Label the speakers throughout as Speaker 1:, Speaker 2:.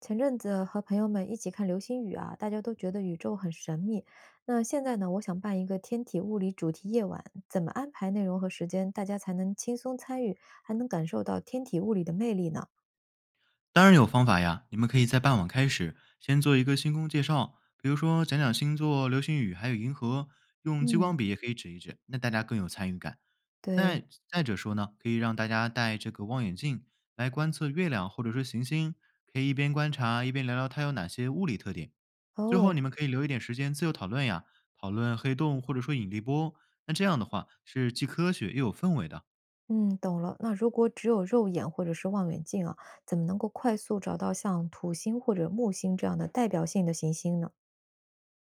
Speaker 1: 前阵子和朋友们一起看流星雨啊，大家都觉得宇宙很神秘。那现在呢，我想办一个天体物理主题夜晚，怎么安排内容和时间，大家才能轻松参与，还能感受到天体物理的魅力呢？
Speaker 2: 当然有方法呀，你们可以在傍晚开始，先做一个星空介绍，比如说讲讲星座、流星雨还有银河，用激光
Speaker 1: 嗯，
Speaker 2: 笔也可以指一指，那大家更有参与感。
Speaker 1: 对，
Speaker 2: 再者说呢，可以让大家戴这个望远镜来观测月亮或者说行星，可以一边观察一边聊聊它有哪些物理特点。最后，
Speaker 1: 哦，
Speaker 2: 你们可以留一点时间自由讨论呀，讨论黑洞或者说引力波。那这样的话是既科学又有氛围的。
Speaker 1: 嗯，懂了。那如果只有肉眼或者是望远镜啊，怎么能够快速找到像土星或者木星这样的代表性的行星呢？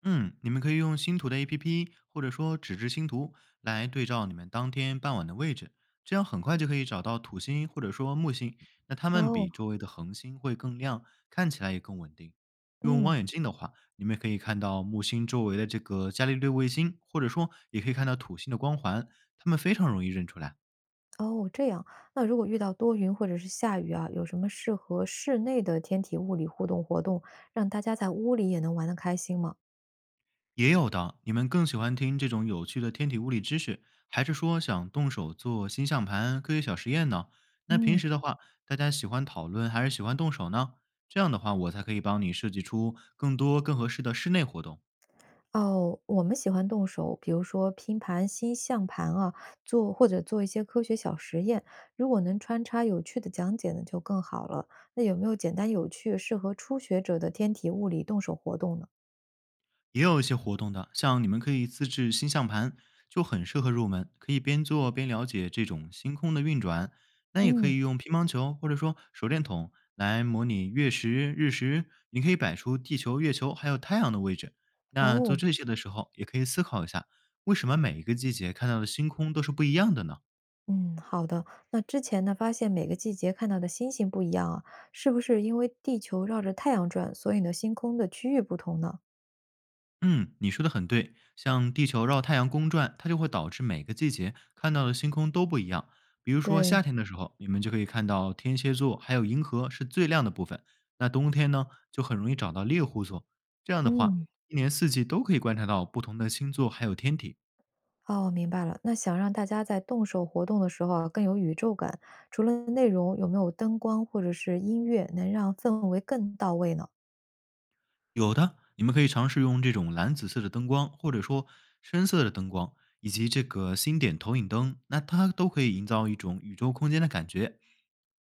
Speaker 2: 嗯，你们可以用星图的 APP，或者说纸质星图来对照你们当天傍晚的位置，这样很快就可以找到土星或者说木星。那它们
Speaker 1: 哦，
Speaker 2: 比周围的恒星会更亮，看起来也更稳定。用
Speaker 1: 嗯。
Speaker 2: 望远镜的话，你们也可以看到木星周围的这个伽利略卫星，或者说也可以看到土星的光环，它们非常容易认出来。
Speaker 1: 哦，这样。那如果遇到多云或者是下雨啊，有什么适合室内的天体物理互动活动，让大家在屋里也能玩得开心吗？
Speaker 2: 也有的，你们更喜欢听这种有趣的天体物理知识，还是说想动手做星象盘、科学小实验呢？那平
Speaker 1: 嗯，
Speaker 2: 时的话，大家喜欢讨论还是喜欢动手呢？这样的话，我才可以帮你设计出更多更合适的室内活动。
Speaker 1: 哦，我们喜欢动手，比如说拼盘、星象盘啊，做或者做一些科学小实验。如果能穿插有趣的讲解呢，就更好了。那有没有简单有趣、适合初学者的天体物理动手活动呢？
Speaker 2: 也有一些活动的，像你们可以自制星象盘，就很适合入门，可以边做边了解这种星空的运转。那也可
Speaker 1: 嗯，
Speaker 2: 以用乒乓球或者说手电筒来模拟月食、日食，你可以摆出地球、月球还有太阳的位置。那做
Speaker 1: 哦。
Speaker 2: 这些的时候，也可以思考一下，为什么每一个季节看到的星空都是不一样的呢？
Speaker 1: 嗯，好的。那之前呢，发现每个季节看到的星星不一样啊，是不是因为地球绕着太阳转，所以呢，星空的区域不同呢？
Speaker 2: 嗯，你说的很对，像地球绕太阳公转，它就会导致每个季节看到的星空都不一样。比如说
Speaker 1: 对，
Speaker 2: 夏天的时候，你们就可以看到天蝎座还有银河是最亮的部分，那冬天呢，就很容易找到猎户座。这样的话，
Speaker 1: 嗯，
Speaker 2: 一年四季都可以观察到不同的星座还有天体。
Speaker 1: 哦，明白了。那想让大家在动手活动的时候啊，更有宇宙感，除了内容，有没有灯光或者是音乐能让氛围更到位呢？
Speaker 2: 有的，你们可以尝试用这种蓝紫色的灯光，或者说深色的灯光，以及这个星点投影灯，那它都可以营造一种宇宙空间的感觉。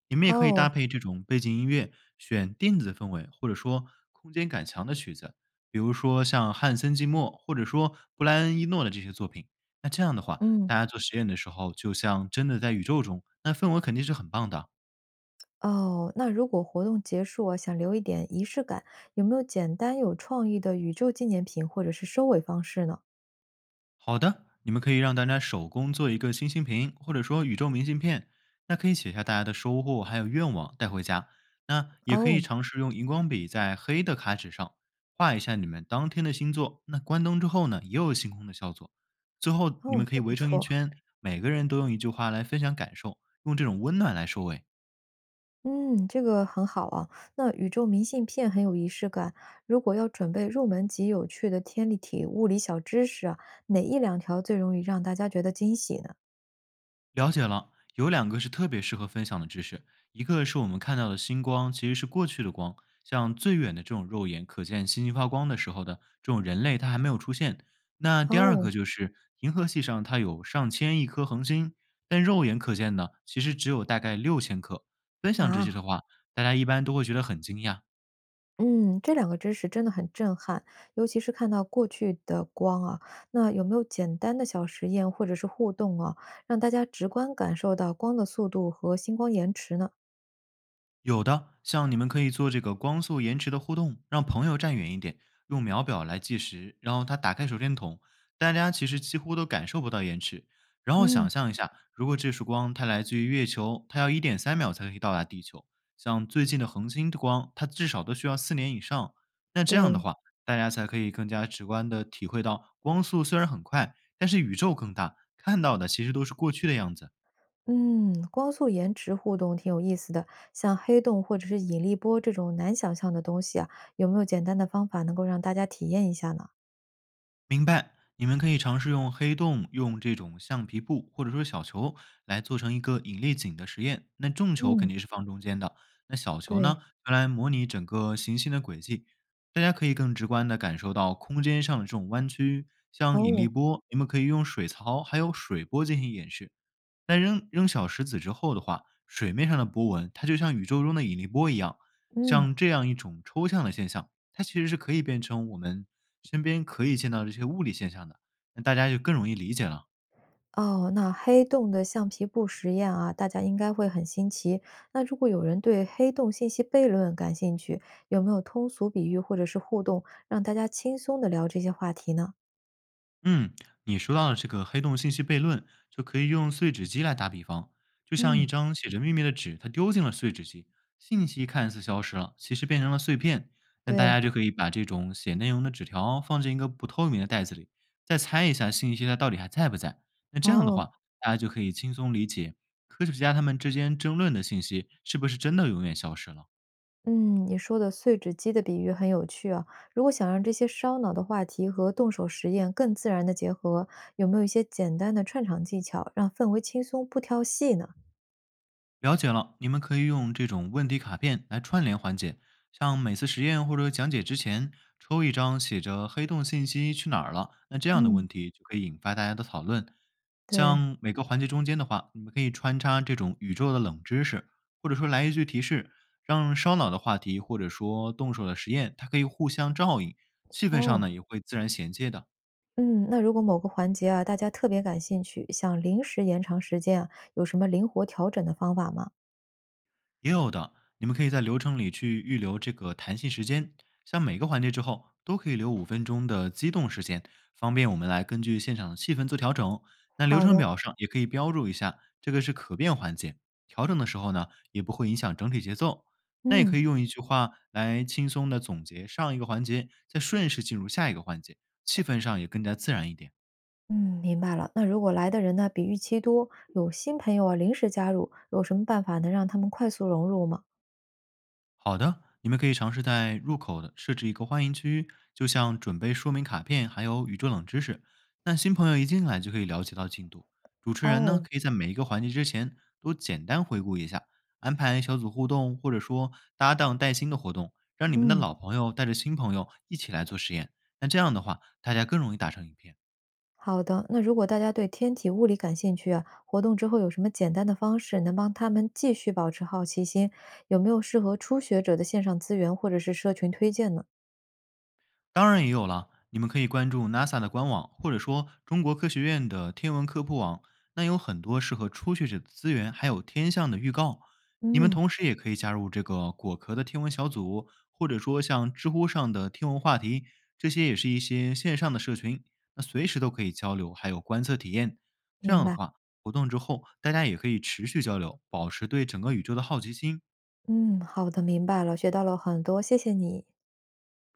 Speaker 2: 你们也可以搭
Speaker 1: 哦，
Speaker 2: 配这种背景音乐，选电子氛围或者说空间感强的曲子，比如说像汉森季默或者说布莱恩伊诺的这些作品。那这样的话，
Speaker 1: 嗯，
Speaker 2: 大家做实验的时候，就像真的在宇宙中，那氛围肯定是很棒的。
Speaker 1: 哦，那如果活动结束啊，想留一点仪式感，有没有简单有创意的宇宙纪念品或者是收尾方式呢？
Speaker 2: 好的，你们可以让大家手工做一个星星瓶，或者说宇宙明信片。那可以写下大家的收获还有愿望带回家。那也可
Speaker 1: 哦，
Speaker 2: 以尝试用荧光笔在黑的卡纸上画一下你们当天的星座。那关灯之后呢，也有星空的效果。最后，你
Speaker 1: 哦，
Speaker 2: 们可以
Speaker 1: 这不
Speaker 2: 围成一
Speaker 1: 错。
Speaker 2: 圈，每个人都用一句话来分享感受，用这种温暖来收尾。
Speaker 1: 嗯，这个很好啊。那宇宙明信片很有仪式感。如果要准备入门级有趣的天立体物理小知识啊，哪一两条最容易让大家觉得惊喜呢？
Speaker 2: 了解了，有两个是特别适合分享的知识，一个是我们看到的星光其实是过去的光，像最远的这种肉眼可见星星发光的时候的这种人类，它还没有出现。那第二
Speaker 1: 哦，
Speaker 2: 个就是银河系上它有上千亿颗恒星，但肉眼可见的其实只有大概6000颗。分享这
Speaker 1: 啊，
Speaker 2: 些的话，大家一般都会觉得很惊讶，
Speaker 1: 嗯，这两个知识真的很震撼，尤其是看到过去的光啊。那有没有简单的小实验或者是互动啊，让大家直观感受到光的速度和星光延迟呢？
Speaker 2: 有的，像你们可以做这个光速延迟的互动，让朋友站远一点，用秒表来计时，然后他打开手电筒，大家其实几乎都感受不到延迟。然后
Speaker 1: 嗯，
Speaker 2: 想象一下，如果这束光它来自于月球，它要1.3秒才可以到达地球。像最近的恒星的光，它至少都需要4年以上。那这样的
Speaker 1: 对。
Speaker 2: 话，大家才可以更加直观的体会到，光速虽然很快，但是宇宙更大，看到的其实都是过去的样子。
Speaker 1: 嗯，光速延迟互动挺有意思的，像黑洞或者是引力波这种难想象的东西啊，有没有简单的方法能够让大家体验一下呢？
Speaker 2: 明白。你们可以尝试用黑洞、用这种橡皮布或者说小球来做成一个引力井的实验。那重球肯
Speaker 1: 嗯，
Speaker 2: 定是放中间的，那小球呢，
Speaker 1: 对，
Speaker 2: 用来模拟整个行星的轨迹。大家可以更直观地感受到空间上的这种弯曲，像引力
Speaker 1: 哦，
Speaker 2: 波，你们可以用水槽还有水波进行演示。那扔扔小石子之后的话，水面上的波纹它就像宇宙中的引力波一样，
Speaker 1: 嗯，
Speaker 2: 像这样一种抽象的现象，它其实是可以变成我们身边可以见到的这些物理现象的，那大家就更容易理解了。
Speaker 1: 哦，那黑洞的橡皮布实验啊，大家应该会很新奇。那如果有人对黑洞信息悖论感兴趣，有没有通俗比喻或者是互动，让大家轻松的聊这些话题呢？
Speaker 2: 嗯，你说到的这个黑洞信息悖论，就可以用碎纸机来打比方，就像一
Speaker 1: 嗯。
Speaker 2: 嗯张写着秘密的纸，它丢进了碎纸机，信息看似消失了，其实变成了碎片。那大
Speaker 1: 对，
Speaker 2: 家就可以把这种写内容的纸条放进一个不透明的袋子里，再猜一下信息它到底还在不在。那这样的
Speaker 1: 哦。
Speaker 2: 话，大家就可以轻松理解科学家他们之间争论的信息是不是真的永远消失了。
Speaker 1: 嗯，你说的碎纸机的比喻很有趣啊。如果想让这些烧脑的话题和动手实验更自然的结合，有没有一些简单的串场技巧，让氛围轻松不挑戏呢？
Speaker 2: 了解了，你们可以用这种问题卡片来串联环节，像每次实验或者讲解之前抽一张写着“黑洞信息去哪儿了”，那这样的
Speaker 1: 嗯，
Speaker 2: 问题就可以引发大家的讨论。
Speaker 1: 对，
Speaker 2: 像每个环节中间的话，你们可以穿插这种宇宙的冷知识，或者说来一句提示，让烧脑的话题或者说动手的实验，它可以互相照应，气氛上
Speaker 1: 哦，
Speaker 2: 呢也会自然衔接的。
Speaker 1: 嗯，那如果某个环节啊，大家特别感兴趣，想临时延长时间啊，有什么灵活调整的方法吗？
Speaker 2: 也有的，你们可以在流程里去预留这个弹性时间，像每个环节之后都可以留5分钟的机动时间，方便我们来根据现场的气氛做调整。那流
Speaker 1: 好
Speaker 2: 程
Speaker 1: 的，
Speaker 2: 表上也可以标注一下，这个是可变环节，调整的时候呢也不会影响整体节奏。那也
Speaker 1: 嗯
Speaker 2: 可以用一句话来轻松的总结上一个环节，再顺势进入下一个环节，气氛上也更加自然一点。
Speaker 1: 嗯，明白了。那如果来的人呢，比预期多，有新朋友啊，临时加入，有什么办法能让他们快速融入吗？
Speaker 2: 好的，你们可以尝试在入口的设置一个欢迎区，就像准备说明卡片，还有宇宙冷知识。那新朋友一进来就可以了解到进度。主持人呢，
Speaker 1: 哦，
Speaker 2: 可以在每一个环节之前都简单回顾一下，安排小组互动，或者说搭档带新的活动，让你们的
Speaker 1: 嗯。
Speaker 2: 老朋友带着新朋友一起来做实验。那这样的话，大家更容易打成一片。
Speaker 1: 好的，那如果大家对天体物理感兴趣啊，活动之后有什么简单的方式能帮他们继续保持好奇心？有没有适合初学者的线上资源或者是社群推荐呢？
Speaker 2: 当然也有了，你们可以关注 NASA 的官网，或者说中国科学院的天文科普网，那有很多适合初学者的资源，还有天象的预告。你们
Speaker 1: 嗯，
Speaker 2: 同时也可以加入这个果壳的天文小组，或者说像知乎上的天文话题，这些也是一些线上的社群，那随时都可以交流，还有观测体验。这
Speaker 1: 明
Speaker 2: 样的
Speaker 1: 白，
Speaker 2: 话，活动之后大家也可以持续交流，保持对整个宇宙的好奇心。
Speaker 1: 嗯，好的，明白了，学到了很多，谢谢你。
Speaker 2: 不